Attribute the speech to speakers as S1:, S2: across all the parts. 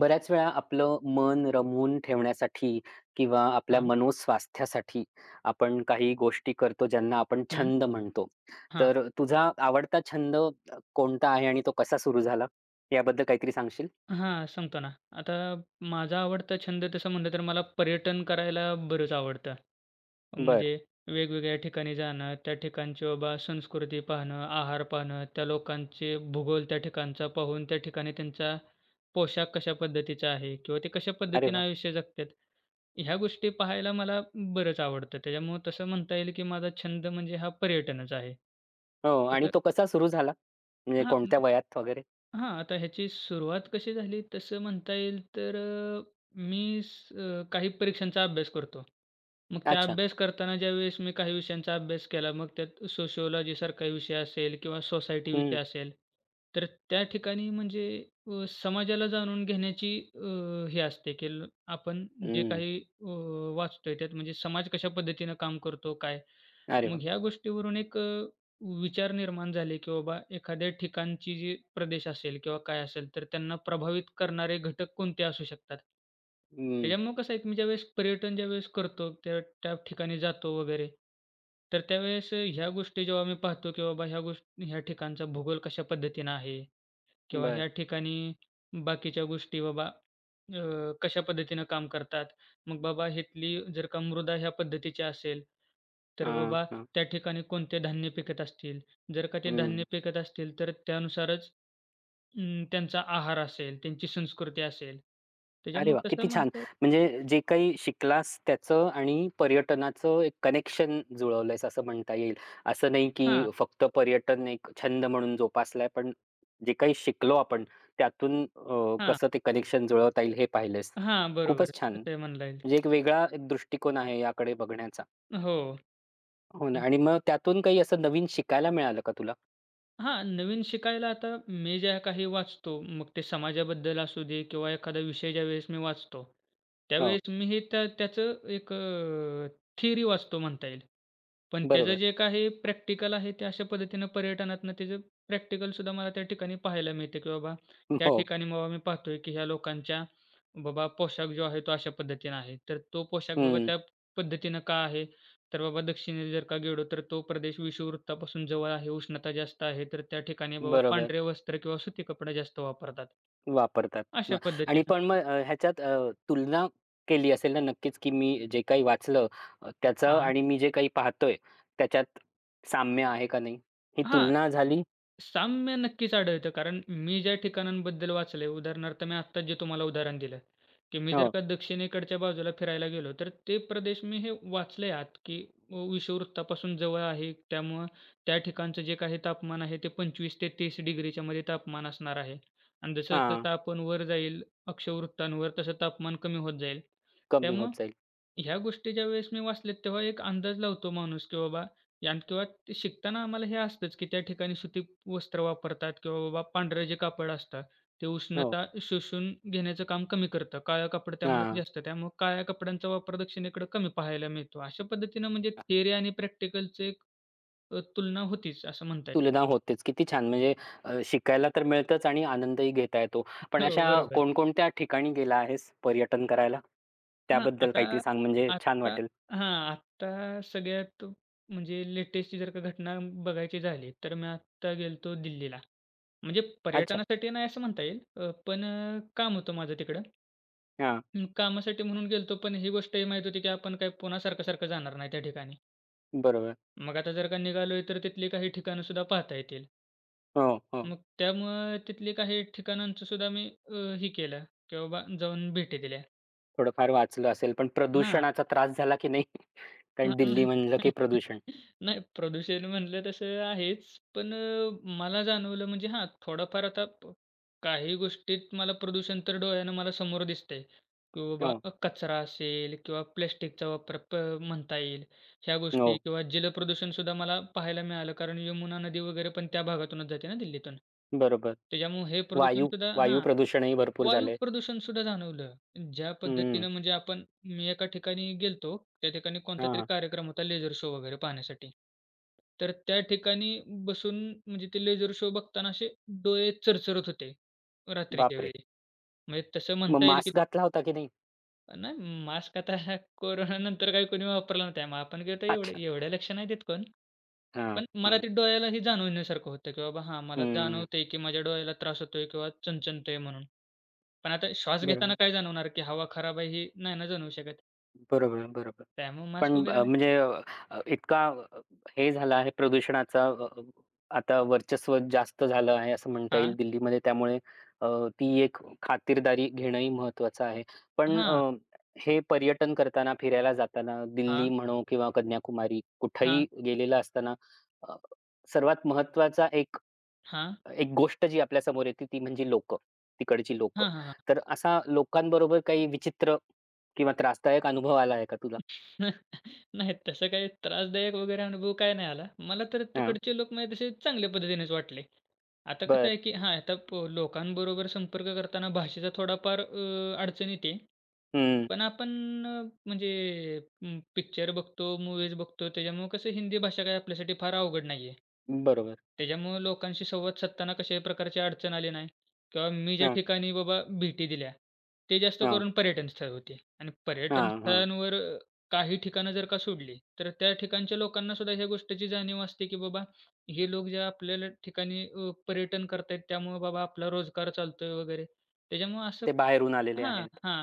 S1: बऱ्याच वेळा आपलं मन रमवून ठेवण्यासाठी किंवा आपल्या
S2: हां,
S1: मनोस्वास्थ्यासाठी आपण काही गोष्टी करतो ज्यांना आपण
S2: हं,
S1: छंद म्हणतो.
S2: हां,
S1: तर तुझा आवडता छंद कोणता आहे आणि तो कसा सुरू झाला? याबद्दल काहीतरी सांगशील?
S2: हां, सांगतो ना. आता माझा आवडता छंद तसं म्हटलं तर मला पर्यटन करायला बरंच आवडतं.
S1: बरं.
S2: म्हणजे वेगवेगळ्या ठिकाणी जाणं, त्या ठिकाणची बाबा संस्कृती पाहणं, आहार पाहणं, त्या लोकांचे भूगोल त्या ठिकाणचा पाहून त्या ठिकाणी त्यांचा पोशाख कशा पद्धतीचा आहे किंवा ते कशा
S1: अरे
S2: पद्धतीनं
S1: वाह!
S2: आयुष्य जगतात. ह्या गोष्टी पाहायला मला बरंच आवडतं. त्याच्यामुळं तसं म्हणता येईल की माझा छंद म्हणजे हा पर्यटनच आहे.
S1: हो आणि
S2: तसं
S1: तो कसा सुरू झाला? म्हणजे
S2: हां.
S1: कोणत्या वयात वगैरे?
S2: हां, आता ह्याची सुरुवात कशी झाली तसं म्हणता येईल तर मी काही परीक्षांचा अभ्यास करतो. मग त्या
S1: अच्छा.
S2: अभ्यास करताना ज्यावेळेस मी काही विषयांचा अभ्यास केला, मग त्यात सोशिओलॉजीसारखा विषय असेल किंवा सोसायटी
S1: हं,
S2: विषय असेल, तर त्या ठिकाणी म्हणजे समाजाला जाणून घेण्याची अ, हे असते, की ल आपण जे
S1: हं.
S2: काही वाचतोय त्यात म्हणजे समाज कशा पद्धतीनं काम करतो, काय?
S1: अरे
S2: मग
S1: वाह!
S2: ह्या गोष्टीवरून एक विचार निर्माण झाले, की बाबा एखाद्या ठिकाणची जी प्रदेश असेल किंवा काय असेल, तर त्यांना प्रभावित करणारे घटक कोणते असू शकतात?
S1: हं.
S2: त्याच्यामुळं कसं आहे, की मी ज्यावेळेस पर्यटन करतो, त्या त्या ठिकाणी जातो वगैरे, तर त्यावेळेस ह्या गोष्टी जेव्हा मी पाहतो, की बाबा ह्या गोष्टी ह्या ठिकाणचा भूगोल कशा पद्धतीनं आहे किंवा
S1: बरं.
S2: ह्या ठिकाणी बाकीच्या गोष्टी बाबा अ, कशा पद्धतीनं काम करतात. मग बाबा इथली जर का मृदा ह्या पद्धतीची असेल, तर
S1: हां,
S2: बाबा
S1: हां.
S2: त्या ठिकाणी कोणते धान्य पिकत असतील. जर का ते
S1: हं.
S2: धान्य पिकत असतील, तर त्यानुसारच त्यांचा आहार असेल, त्यांची संस्कृती असेल.
S1: अरे वा,
S2: त्याच्यामुळे तसं
S1: किती छान.
S2: म्हणता
S1: म्हणजे जे काही शिकलास त्याचं आणि पर्यटनाचं एक कनेक्शन जुळवलंयस असं म्हणता येईल. असं नाही
S2: हां,
S1: की फक्त पर्यटन एक छंद म्हणून जोपासलाय, पण जे काही शिकलो आपण त्यातून
S2: हां,
S1: कसं ते कनेक्शन जुळवता येईल हे पाहिलंयस.
S2: हां, बरोबर.
S1: खूपच छान.
S2: तसं म्हणता येईल.
S1: म्हणजे एक वेगळा एक दृष्टिकोन आहे याकडे बघण्याचा.
S2: हो.
S1: हो ना आणि मग त्यातून काही असं नवीन शिकायला मिळालं का तुला?
S2: हां, नवीन शिकायला आता मी ज्या काही वाचतो, मग ते समाजाबद्दल असू दे किंवा एखादा विषय ज्यावेळेस मी वाचतो,
S1: हो,
S2: त्यावेळेस मी हे त्या त्याचं एक थिअरी वाचतो म्हणता येईल. पण त्याचं
S1: बरोबर.
S2: जे काही प्रॅक्टिकल आहे, ते अशा पद्धतीनं पर्यटनातनं त्याचं प्रॅक्टिकलसुद्धा मला त्या ठिकाणी पाहायला मिळते, की बाबा त्या
S1: हो.
S2: ठिकाणी बाबा मी पाहतोय, की ह्या लोकांच्या बाबा पोशाख जो आहे, तो अशा पद्धतीनं आहे. तर तो पोशाख बाबा
S1: हं.
S2: त्या पद्धतीनं का आहे? तर बाबा दक्षिणेस जर का गेलो तर तो प्रदेश विषुववृत्तापासून जवळ आहे, उष्णता जास्त आहे, तर त्या ठिकाणी बाबा
S1: बरोबर.
S2: पांढरे वस्त्र किंवा सुती कपडे जास्त वापरतात.
S1: वापरतात.
S2: अशा
S1: मग आणि
S2: पद्धतीनं
S1: पण मग ह्याच्यात तुलना केली असेल ना नक्कीच, की मी जे काही वाचलं त्याचं
S2: हां.
S1: आणि मी जे काही पाहतोय त्याच्यात साम्य आहे का नाही? ही
S2: हां,
S1: तुलना झाली
S2: साम्य नक्कीच आढळतं. कारण मी ज्या ठिकाणांबद्दल वाचलंय, उदाहरणार्थ मी आत्ताच जे तुम्हाला उदाहरण दिलं, की मी जर
S1: हो.
S2: का दक्षिणेकडच्या बाजूला फिरायला गेलो, तर ते प्रदेश मी हे वाचले आत, की विषुववृत्तापासून जवळ आहे. त्यामुळं त्या ठिकाणचं जे काही तापमान आहे, ते 25 ते 30 डिग्रीच्या मध्ये तापमान असणार आहे. आणि
S1: हां,
S2: जसं-जसं आपण वर जाईल अक्षवृत्तांवर, तसं तापमान कमी होत जाईल.
S1: कमी
S2: त्यामुळं
S1: होत जाईल.
S2: ह्या गोष्टी ज्यावेळेस मी वाचल्यात तेव्हा एक अंदाज लावतो माणूस की बाबा किंवा ते शिकताना आम्हाला हे असतंच की त्या ठिकाणी सुती वस्त्र वापरतात किंवा बाबा पांढरं जे कापड असतं ते
S1: हो.
S2: उष्णता शोषून घेण्याचं काम कमी करतं. काळं कापड त्यामुळे
S1: हां.
S2: जास्त त्यामुळे काळ्या कपड्यांचा वापर दक्षिणेकडे कमी पाहायला मिळतो. अशा पद्धतीनं म्हणजे थिअरी आणि प्रॅक्टिकलचं एक तुलना होतीच असं म्हणता
S1: तुलना होतेच. किती छान! म्हणजे शिकायला तर मिळतंच आणि आनंदही घेता येतो. पण
S2: येईल. हो,
S1: अशा
S2: बरोबर.
S1: कोणकोणत्या ठिकाणी गेला आहेस पर्यटन करायला?
S2: हां,
S1: त्याबद्दल
S2: आता
S1: काहीतरी सांग म्हणजे छान
S2: आत्ता
S1: वाटेल.
S2: हां. आत्ता सगळ्यात म्हणजे लेटेस्ट जर का घटना बघायची झाली, तर मी आत्ता गेलतो दिल्लीला. म्हणजे
S1: अच्छा.
S2: पर्यटनासाठी नाही असं म्हणता येईल. पण काम होतं माझं तिकडं.
S1: हां.
S2: कामासाठी म्हणून गेलतो, पण ही गोष्टही माहीत होती, की आपण काय पुन्हा सारखं-सारखं जाणार नाही त्या ठिकाणी.
S1: बरोबर.
S2: मग आता जर का निघालोय, तर तिथली काही ठिकाणं सुद्धा पाहता येतील.
S1: हो, हो.
S2: मग त्यामुळं तिथली काही ठिकाणांचं सुद्धा मी हे केलं, की बाबा जाऊन भेटी दिल्या.
S1: थोडंफार वाचलं असेल, पण
S2: हां.
S1: प्रदूषणाचा त्रास झाला की नाही?
S2: हां,
S1: कारण दिल्ली
S2: नाही.
S1: म्हणलं की प्रदूषण.
S2: नाही प्रदूषण म्हणलं तसं आहेच. पण मला जाणवलं म्हणजे हां, थोडाफार आता काही गोष्टीत मला प्रदूषण तर डोळ्यानं मला समोर दिसतंय, की बाबा
S1: हो,
S2: कचरा असेल किंवा प्लास्टिकचा वापर म्हणता येईल. ह्या गोष्टी
S1: हो.
S2: किंवा जलप्रदूषण सुद्धा मला पाहायला मिळालं कारण यमुना नदी वगैरे पण त्या भागातूनच जाते ना दिल्लीतून.
S1: बरोबर.
S2: त्याच्यामुळे हे प्रदूषण
S1: वायू
S2: सुद्धा
S1: वायू
S2: हां.
S1: प्रदूषणही भरपूर
S2: वायू
S1: झालंय.
S2: प्रदूषण सुद्धा जाणवलं. ज्या
S1: हं.
S2: पद्धतीनं म्हणजे आपण मी एका ठिकाणी गेलतो, त्या ठिकाणी कोणता
S1: हां,
S2: तरी
S1: हां.
S2: कार्यक्रम होता लेझर शो वगैरे पाहण्यासाठी. तर त्या ठिकाणी बसून म्हणजे ते लेझर शो बघताना असे डोळे चरचरत होते, रात्रीच्या
S1: बापरे!
S2: वेळी. म्हणजे तसं
S1: मग
S2: म्हणता येईल की
S1: मास्क घातला होता की नाही?
S2: नाही मास्क आता कोरोनानंतर काही कोणी वापरला नाही त्यामुळे आपण काय तर एवढं
S1: अच्छा.
S2: एवढ्या लक्ष नाही देत कोण.
S1: हां.
S2: पण मला
S1: हं.
S2: ते डोळ्यालाही जाणवण्यासारखं होतं, की बाबा हां, मला
S1: हं.
S2: जाणवतंय, की माझ्या डोळ्याला त्रास होतोय किंवा चणचणतंय म्हणून. पण आता श्वास
S1: बरोबर,
S2: घेताना काय जाणवणार, की हवा खराब आहे हे नाही ना जाणवू शकत.
S1: बरोबर, बरोबर.
S2: त्यामुळे मास्क
S1: पण
S2: वगैरे नाही.
S1: म्हणजे इतका हे झाला आहे प्रदूषणाचा अ, अ, आता वर्चस्व जास्त झालं आहे असं म्हणता
S2: हां,
S1: येईल दिल्लीमध्ये. त्यामुळे अ, ती एक खातिरदारी घेणंही महत्त्वाचं आहे. पण
S2: हां,
S1: हे पर्यटन करताना, फिरायला जाताना दिल्ली
S2: हां,
S1: म्हणो किंवा कन्याकुमारी
S2: हां,
S1: कुठेही गेलेलं असताना अ, सर्वात महत्वाचा एक
S2: हां,
S1: एक गोष्ट जी आपल्यासमोर येते ती म्हणजे लोकं, तिकडची लोकं.
S2: हां, हां, हां.
S1: तर असा लोकांबरोबर काही विचित्र किंवा त्रासदायक अनुभव आला आहे का तुला?
S2: नाही तसं काही त्रासदायक वगैरे अनुभव काय नाही आला. मला तर
S1: हां.
S2: तिकडचे लोक म्हणजे तसे चांगल्या पद्धतीनेच वाटले. आता कसं
S1: बरं.
S2: आहे की हां, आता लोकांबरोबर संपर्क करताना भाषेचा थोडाफार अडचण येते.
S1: हं,
S2: पण आपण अ, म्हणजे पिक्चर बघतो, मूव्हीज बघतो, त्याच्यामुळं कसं हिंदी भाषा काही आपल्यासाठी फार अवघड नाही आहे.
S1: बरोबर.
S2: त्याच्यामुळं लोकांशी संवाद साधताना कशाही प्रकारची अडचण आली नाही किंवा मी ज्या
S1: हां,
S2: ठिकाणी बाबा भेटी दिल्या, ते जास्त
S1: हां,
S2: करून पर्यटन स्थळ होते आणि पर्यटन
S1: हां, हां.
S2: स्थळांवर काही ठिकाणं जर का सोडली, तर त्या ठिकाणच्या लोकांना सुद्धा ह्या गोष्टीची जाणीव असते, की बाबा हे लोक ज्या आपल्याला ठिकाणी पर्यटन करतायत त्यामुळं बाबा आपला रोजगार चालतोय वगैरे. त्याच्यामुळं असं
S1: ते बाहेरून आलेले
S2: हां,
S1: आहेत.
S2: हां.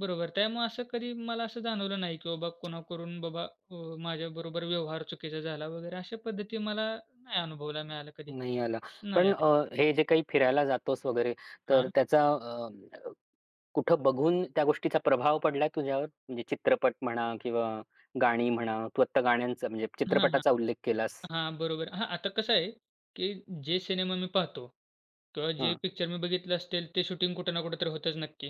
S2: बरोबर. त्यामुळे असं कधी मला असं जाणवलं नाही, की बाबा कोणाकडून बाबा माझ्याबरोबर व्यवहार चुकीचा झाला वगैरे अशा पद्धती मला नाही अनुभवायला मिळालं कधी.
S1: नाही आला.
S2: नाही
S1: पण
S2: आल्या.
S1: हे जे काही फिरायला जातोस वगैरे, तर
S2: हां.
S1: त्याचा कुठं बघून त्या गोष्टीचा प्रभाव पडलाय तुझ्यावर? म्हणजे चित्रपट म्हणा किंवा गाणी म्हणा. तू आत्ता गाण्यांचा म्हणजे
S2: हां, हां.
S1: चित्रपटाचा उल्लेख केलास.
S2: हां, बरोबर. हां, आता कसं आहे, की जे सिनेमा मी पाहतो किंवा जे
S1: हां,
S2: पिक्चर मी बघितलं असेल ते शूटिंग कुठं ना कुठेतरी होतंच नक्की.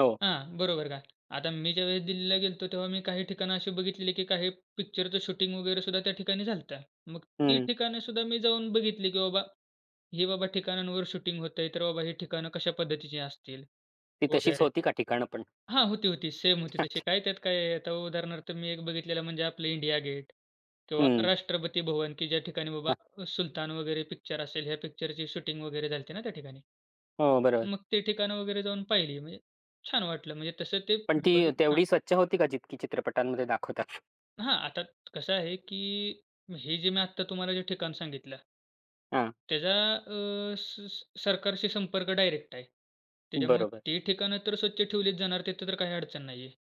S1: हो.
S2: हां, बरोबर का? आता मी ज्यावेळेस दिल्लीला गेलो तेव्हा मी काही ठिकाणं अशी बघितलेली, की काही पिक्चरचं शूटिंग वगैरे सुद्धा त्या ठिकाणी झालं मग ती
S1: हं.
S2: ठिकाणं सुद्धा मी जाऊन बघितली, की बाबा हे बाबा ठिकाणांवर शूटिंग होतंय, तर बाबा हे ठिकाणं कशा पद्धतीची असतील
S1: ती तशीच
S2: वगैरे.
S1: होती का ठिकाणं पण?
S2: हां, होती. सेम होती तशी. काय त्यात काय आहे, आता उदाहरणार्थ मी एक बघितलेला म्हणजे आपलं इंडिया गेट किंवा
S1: हं.
S2: राष्ट्रपती भवन, की ज्या ठिकाणी
S1: हां.
S2: बाबा सुलतान वगैरे पिक्चर असेल, ह्या पिक्चरची शूटिंग वगैरे झाली ना त्या ठिकाणी.
S1: हो, बरोबर.
S2: मग ते ठिकाणं वगैरे जाऊन पाहिली. म्हणजे छान वाटलं. म्हणजे तसं ते
S1: पण ती
S2: बघित
S1: तेवढी स्वच्छ होती का जितकी चित्रपटांमध्ये दाखवतात?
S2: हां, आता कसं आहे, की हे जे मी आत्ता तुम्हाला ठिकाण सांगितलं
S1: हां,
S2: त्याचा अ, स स सरकारशी संपर्क डायरेक्ट आहे. त्याच्यामुळे
S1: बरोबर.
S2: ते ठिकाणं तर स्वच्छ ठेवलीच जाणार, तिथं तर काही अडचण नाही आहे.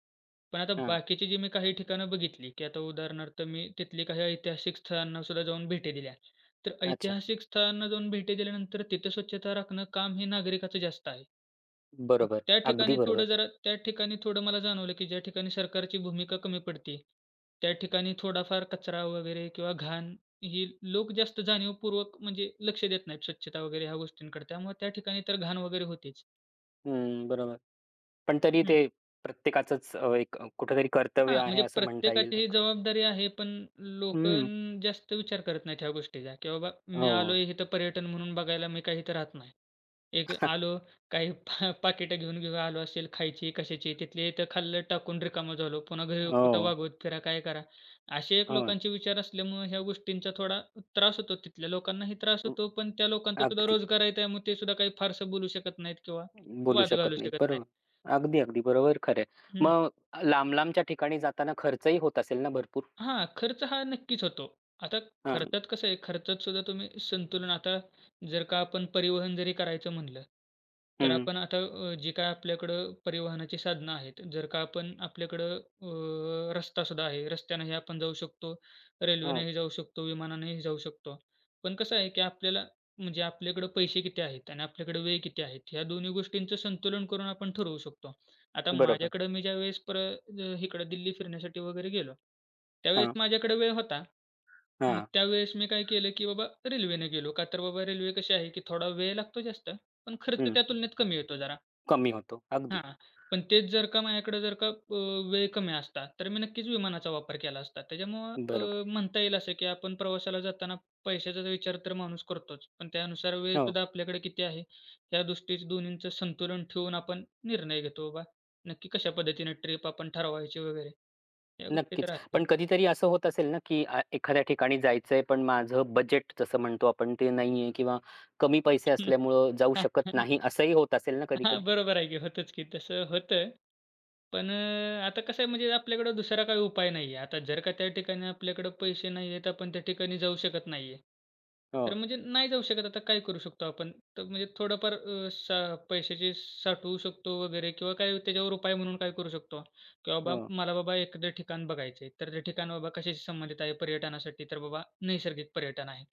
S2: पण आता
S1: हां,
S2: बाकीची जी मी काही ठिकाणं बघितली, की आता उदाहरणार्थ मी तिथली काही ऐतिहासिक स्थळांना सुद्धा जाऊन भेटी दिल्या. तर
S1: अच्छा.
S2: ऐतिहासिक स्थळांना जाऊन भेटी दिल्यानंतर तिथे स्वच्छता राखणं काम हे नागरिकाचं जास्त आहे. मग
S1: बरोबर. अगदी बरोबर.
S2: त्या ठिकाणी थोडं मला जाणवलं, की ज्या ठिकाणी सरकारची भूमिका कमी पडते, त्या ठिकाणी थोडाफार कचरा वगैरे किंवा घाण ही लोक जास्त जाणीवपूर्वक म्हणजे लक्ष देत नाहीत स्वच्छता वगैरे ह्या गोष्टींकडे. त्यामुळे त्या ठिकाणी तर घाण वगैरे होतेच.
S1: हं, बरोबर. पण तरी ते प्रत्येकाचंच एक कुठेतरी कर्तव्य
S2: हां,
S1: आहे
S2: म्हणजे
S1: असं म्हणता येईल
S2: प्रत्येकाची
S1: नाही
S2: ही
S1: का?
S2: जबाबदारी आहे, पण
S1: हं.
S2: लोकं जास्त विचार करत नाहीत ह्या गोष्टीचा, की बाबा मी
S1: हो,
S2: आलोय इथं पर्यटन म्हणून बघायला, मी काही इथं राहत नाही. एक आलो, काही पा पाकिटं घेऊन-घेऊन आलो असेल, खायची, कशाची, तिथल्या इथं खाल्लं, टाकून रिकामं झालो. पुन्हा घरी कुठं
S1: हो,
S2: वागवत फिरा, काय करा. असे एक
S1: हो.
S2: लोकांचे विचार असल्यामुळं ह्या गोष्टींचा थोडा त्रास होतो. तिथल्या लोकांनाही त्रास
S1: अ,
S2: होतो, पण त्या लोकांचा सुद्धा
S1: अगदी
S2: रोजगार आहे, त्यामुळे ते सुद्धा काही फारसं बोलू शकत नाहीत किंवा
S1: बोलू
S2: वाद
S1: शकत
S2: घालू
S1: नाहीत.
S2: शकत
S1: बरोबर. अगदी बरोबर खरं आहे.
S2: नाहीत.
S1: मग लांब-लांबच्या ठिकाणी जाताना खर्चही होत असेल ना भरपूर?
S2: हां, खर्च हा नक्कीच होतो. आता
S1: हां.
S2: खर्चात कसं आहे, खर्चात सुद्धा तुम्ही संतुलन आता जर का आपण परिवहन जरी करायचं म्हणलं, तर
S1: हं.
S2: आपण आता जी काय आपल्याकडं परिवहनाची साधनं आहेत, जर का आपण आपल्याकडं रस्ता सुद्धा आहे. रस्त्यानेही आपण जाऊ शकतो,
S1: हो.
S2: रेल्वेनेही जाऊ शकतो, विमानानेही जाऊ शकतो. पण कसं आहे, की आपल्याला म्हणजे आपल्याकडं पैसे किती आहेत आणि आपल्याकडे वेळ किती आहेत, ह्या दोन्ही गोष्टींचं संतुलन करून आपण ठरवू शकतो. आता
S1: बरोबर.
S2: माझ्याकडं मी ज्यावेळेस इकडं दिल्ली फिरण्यासाठी वगैरे गेलो, त्यावेळेस
S1: हां,
S2: माझ्याकडे वेळ होता. मग
S1: हां.
S2: त्यावेळेस मी काय केलं, की बाबा रेल्वेने गेलो. का तर बाबा रेल्वे कशी आहे, की थोडा वेळ लागतो जास्त, पण खर्च
S1: हं.
S2: त्या तुलनेत कमी येतो जरा.
S1: कमी होतो. अगदी.
S2: हां. पण तेच जर का माझ्याकडे जर का वेळ कमी असता, तर मी नक्कीच विमानाचा वापर केला असता. त्याच्यामुळं
S1: बरोबर.
S2: म्हणता येईल असं, की आपण प्रवासाला जाताना पैशाचा विचार तर माणूस करतोच. पण त्यानुसार
S1: हो.
S2: वेळसुद्धा आपल्याकडे किती आहे, या दृष्टीच दोन्हींचं संतुलन ठेवून आपण निर्णय घेतो बाबा, नक्की कशा पद्धतीने ट्रिप आपण ठरवायची वगैरे. या गोष्टी तर
S1: नक्कीच.
S2: आहेत.
S1: पण कधीतरी असं होत असेल ना, की एखाद्या ठिकाणी जायचंय पण माझं बजेट जसं म्हणतो आपण ते नाहीये किंवा कमी पैसे असल्यामुळं जाऊ शकत नाही असंही होत असेल ना
S2: हां,
S1: कधी-कधी?
S2: बरोबर आहे की होतंच की तसं होतं. पण आता कसं आहे म्हणजे आपल्याकडं दुसरा काही उपाय नाहीये. आता जर का त्या ठिकाणी आपल्याकडं पैसे नाहीयेत, आपण त्या ठिकाणी जाऊ शकत नाहीये.
S1: हो,
S2: तर म्हणजे नाही जाऊ शकत आता काय करू शकतो आपण? तर म्हणजे थोडंफार अ, सा पैशाची साठवू शकतो वगैरे किंवा काय त्याच्यावर उपाय म्हणून काय करू शकतो? की बाबा
S1: हो.
S2: मला बाबा एखादं ठिकाण बघायचं आहे. तर ते ठिकाण बाबा कशाशी संबंधित आहे पर्यटनासाठी? तर बाबा नैसर्गिक पर्यटन आहे.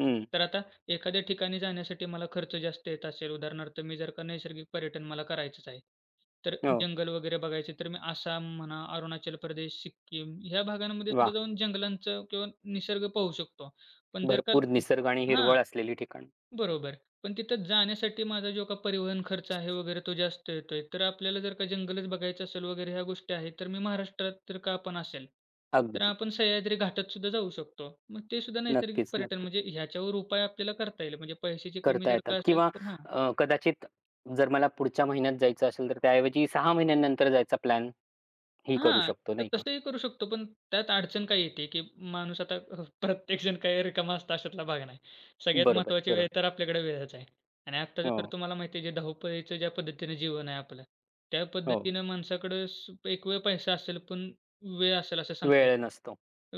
S1: हं,
S2: तर आता एखाद्या ठिकाणी जाण्यासाठी मला खर्च जास्त येत असेल, उदाहरणार्थ मी जर का नैसर्गिक पर्यटन मला करायचंच आहे, तर
S1: हो.
S2: जंगल वगैरे बघायचे तर मी आसाम म्हणा, अरुणाचल प्रदेश, सिक्कीम ह्या भागांमध्ये
S1: वाह!
S2: सुद्धा जाऊन जंगलांचं किंवा निसर्ग पाहू शकतो. पण जर का
S1: भरपूर निसर्ग आणि
S2: हां.
S1: हिरवळ असलेली ठिकाणं.
S2: बरोबर. पण तिथं जाण्यासाठी माझा जो काही परिवहन खर्च आहे वगैरे तो जास्त येतोय. तर आपल्याला जर का जंगलच बघायचं असेल वगैरे ह्या गोष्टी आहेत, तर मी महाराष्ट्रात जर का आपण असेल, तर
S1: अगदी.
S2: आपण सह्याद्री घाटात सुद्धा जाऊ शकतो. मग ते सुद्धा नैसर्गिक
S1: नक्कीच,
S2: पर्यटन
S1: नक्कीच.
S2: म्हणजे ह्याच्यावर उपाय आपल्याला करता येईल. म्हणजे पैशाची कमी
S1: करता
S2: जर
S1: येतात
S2: का असेल
S1: किंवा
S2: तर हां.
S1: कदाचित जर मला पुढच्या महिन्यात जायचं असेल तर त्याऐवजी 6 महिन्यांनंतर जायचा प्लॅन ही करू
S2: हां,
S1: शकतो
S2: तर
S1: नाही का?
S2: तसंही करू शकतो, पण त्यात अडचण काय येते, की माणूस आता प्रत्येकजण काही रिकामा असतो अशातला भाग नाही. सगळ्यात
S1: बरोबर,
S2: महत्त्वाची वेळ
S1: बरोबर.
S2: तर आपल्याकडे वेळच आहे. आणि आत्ताचं तर
S1: हो,
S2: तुम्हाला माहिती आहे, जे धावपळीचं ज्या पद्धतीनं जीवन आहे आपलं, त्या
S1: हो.
S2: पद्धतीनं माणसाकडं स एक वेळ पैसा असेल, पण वेळ असेल असं सांगता
S1: वेळ
S2: येत
S1: नसतो.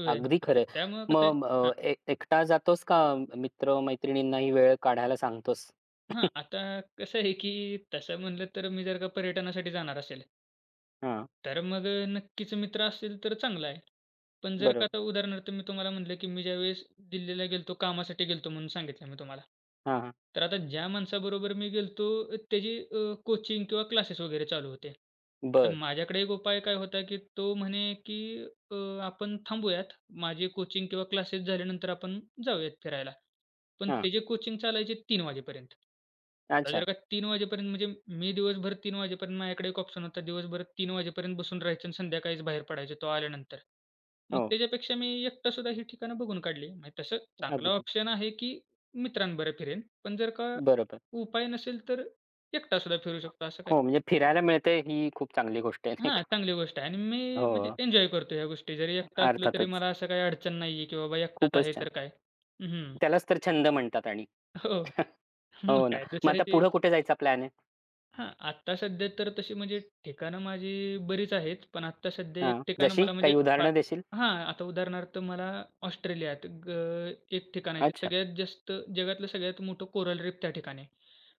S2: वेळ
S1: अगदी
S2: नसतो.
S1: खरं आहे.
S2: त्यामुळं कसं आहे
S1: मग अ,
S2: हां,
S1: ए एकटा जातोस का मित्र-मैत्रिणींनाही वेळ काढायला सांगतोस?
S2: हां, आता कसं आहे, की तसं म्हणलं तर मी जर का पर्यटनासाठी जाणार असेल,
S1: हां,
S2: तर मग नक्कीच मित्र असेल तर चांगलं आहे. पण जर का
S1: बरोबर.
S2: आता उदाहरणार्थ मी तुम्हाला म्हटलं, की मी ज्यावेळेस दिल्लीला गेलतो कामासाठी गेलतो म्हणून सांगितलं मी तुम्हाला.
S1: हां, हां.
S2: तर आता ज्या माणसाबरोबर मी गेलतो त्याची कोचिंग किंवा क्लासेस वगैरे चालू होते. आता
S1: बर
S2: माझ्याकडे एक उपाय काय होता, की तो म्हणे, की अ, आपण थांबूयात. माझे कोचिंग किंवा क्लासेस झाल्यानंतर आपण जाऊयात फिरायला. पण
S1: हां.
S2: त्याचे कोचिंग चालायचे 3:00 वाजेपर्यंत. आता
S1: अच्छा.
S2: जर का 3:00 वाजेपर्यंत म्हणजे मी दिवसभर 3:00 वाजेपर्यंत माझ्याकडे एक ऑप्शन होता. दिवसभर 3:00 वाजेपर्यंत बसून राहायचं आणि संध्याकाळीच बाहेर पडायचो तो आल्यानंतर. मग
S1: हो,
S2: त्याच्यापेक्षा मी एकटा सुद्धा ही ठिकाणं बघून काढली. म्हणजे तसं चांगला
S1: अगदी.
S2: ऑप्शन आहे, की मित्रांबरोबर फिरेन. पण जर का
S1: बरोबर.
S2: उपाय नसेल तर एकटा सुद्धा फिरू शकतो असं काही
S1: हो, म्हणजे फिरायला मिळते ही खूप चांगली गोष्ट आहे नाही
S2: हां,
S1: का?
S2: चांगली गोष्ट आहे आणि मी
S1: हो,
S2: म्हणजे एन्जॉय करतो ह्या गोष्टी. जरी एकटा असलो तरी
S1: अर्थातच.
S2: मला असं काही अडचण नाही आहे, की बाबा एकटाच
S1: खूपच
S2: आहे
S1: छान.
S2: तर काय? हं. हो.
S1: त्यालाच तर छंद म्हणतात आणि.
S2: मग
S1: हो ना.
S2: काय
S1: मग आता
S2: दुसऱ्याची
S1: पुढे कुठे जायचा प्लॅन आहे?
S2: हां, आत्ता सध्या तर तशी म्हणजे ठिकाणं माझी बरीच आहेत. पण आत्ता सध्या एक
S1: हां,
S2: ठिकाण
S1: जशी
S2: मला म्हणजे
S1: काही
S2: फा
S1: उदाहरणं देशील?
S2: हां, आता उदाहरणार्थ मला ऑस्ट्रेलियात एक ठिकाण आहे. ते
S1: अच्छा,
S2: सगळ्यात जास्त जगातलं सगळ्यात मोठं कोरल रीफ त्या ठिकाणी आहे.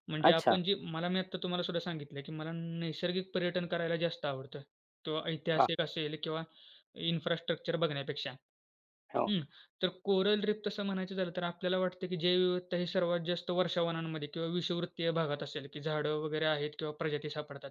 S2: म्हणजे
S1: अच्छा.
S2: आपण जी मला मी आत्ता तुम्हाला सुद्धा सांगितलं, की मला नैसर्गिक पर्यटन करायला जास्त आवडतं किंवा
S1: वाह!
S2: ऐतिहासिक असेल किंवा इन्फ्रास्ट्रक्चर बघण्यापेक्षा.
S1: हो,
S2: हं. तर कोरल रीफ तसं म्हणायचं झालं तर आपल्याला वाटतं की जैवविविधता ही सर्वात जास्त वर्षावनांमध्ये किंवा विषुववृत्तीय भागात असेल, की झाडं वगैरे आहेत किंवा प्रजाती सापडतात.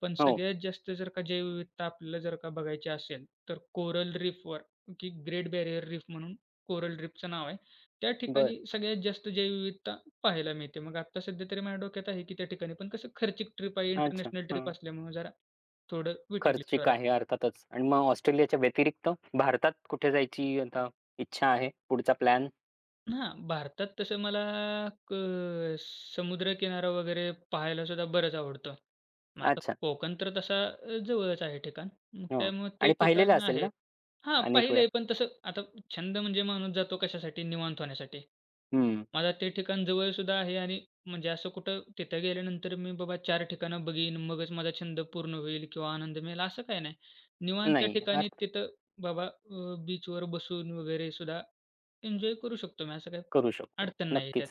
S2: पण
S1: हो.
S2: सगळ्यात जास्त जर का जैवविविधता आपल्याला जर का बघायची असेल, तर कोरल रीफवर की ग्रेट बॅरियर रीफ म्हणून कोरल रीफचं नाव आहे. त्या
S1: बरं.
S2: ठिकाणी सगळ्यात जास्त जैवविविधता पाहायला मिळते. मग आत्ता सध्या तरी माझ्या डोक्यात आहे की त्या ठिकाणी पण कसं खर्चिक ट्रिप आहे,
S1: अच्छा.
S2: इंटरनॅशनल ट्रिप असल्यामुळे जरा थोडं वेटिंग
S1: खर्चिक
S2: लिस्टवर
S1: आहे अर्थातच. आणि मग ऑस्ट्रेलियाच्या व्यतिरिक्त भारतात कुठे जायची आता इच्छा आहे? पुढचा प्लॅन?
S2: हां, भारतात तसं मला क समुद्रकिनारा वगैरे पाहायला सुद्धा बरंच आवडतं. मग आता
S1: अच्छा.
S2: कोकण तर तसा जवळच आहे ठिकाण. मग
S1: हो.
S2: त्यामुळे ते
S1: आणि पाहिलेलं
S2: ठिकाण
S1: असेल
S2: आहे.
S1: ना
S2: हां,
S1: अनेक वेळा?
S2: पाहिलंय पण तसं आता छंद म्हणजे माणूस जातो कशासाठी? निवांत होण्यासाठी.
S1: हं.
S2: मला ते ठिकाण जवळसुद्धा आहे आणि म्हणजे असं कुठं तिथं गेल्यानंतर मी बाबा 4 ठिकाणं बघीन, मगच माझा छंद पूर्ण होईल किंवा आनंद मिळेल असं काही नाही. निवांत त्या
S1: नाही येणार,
S2: ठिकाणी तिथं बाबा बीचवर बसून वगैरे सुद्धा एन्जॉय करू शकतो मी. असं काही
S1: करू शकतो.
S2: अडचण नाही
S1: नक्कीच.
S2: त्यात.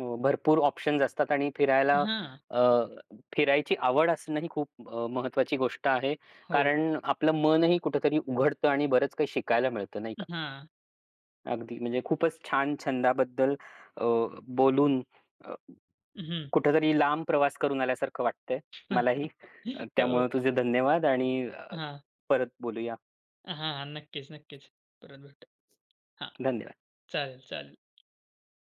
S1: हो, भरपूर ऑप्शन्स असतात आणि फिरायला
S2: हां.
S1: अ, फिरायची आवड असणं ही खूप महत्त्वाची गोष्ट आहे.
S2: हो.
S1: कारण आपलं मनही कुठेतरी उघडतं आणि बरंच काही शिकायला मिळतं, नाही का?
S2: हां.
S1: अगदी म्हणजे खूपच छान छंदाबद्दल अ, बोलून
S2: हं.
S1: कुठेतरी लांब प्रवास करून आल्यासारखं वाटतंय मलाही.
S2: हो.
S1: त्यामुळं तुझे धन्यवाद आणि
S2: हां.
S1: परत बोलूया.
S2: हां. नक्कीच, नक्कीच. परत भेटू. हां,
S1: धन्यवाद.
S2: चालेल, चालेल.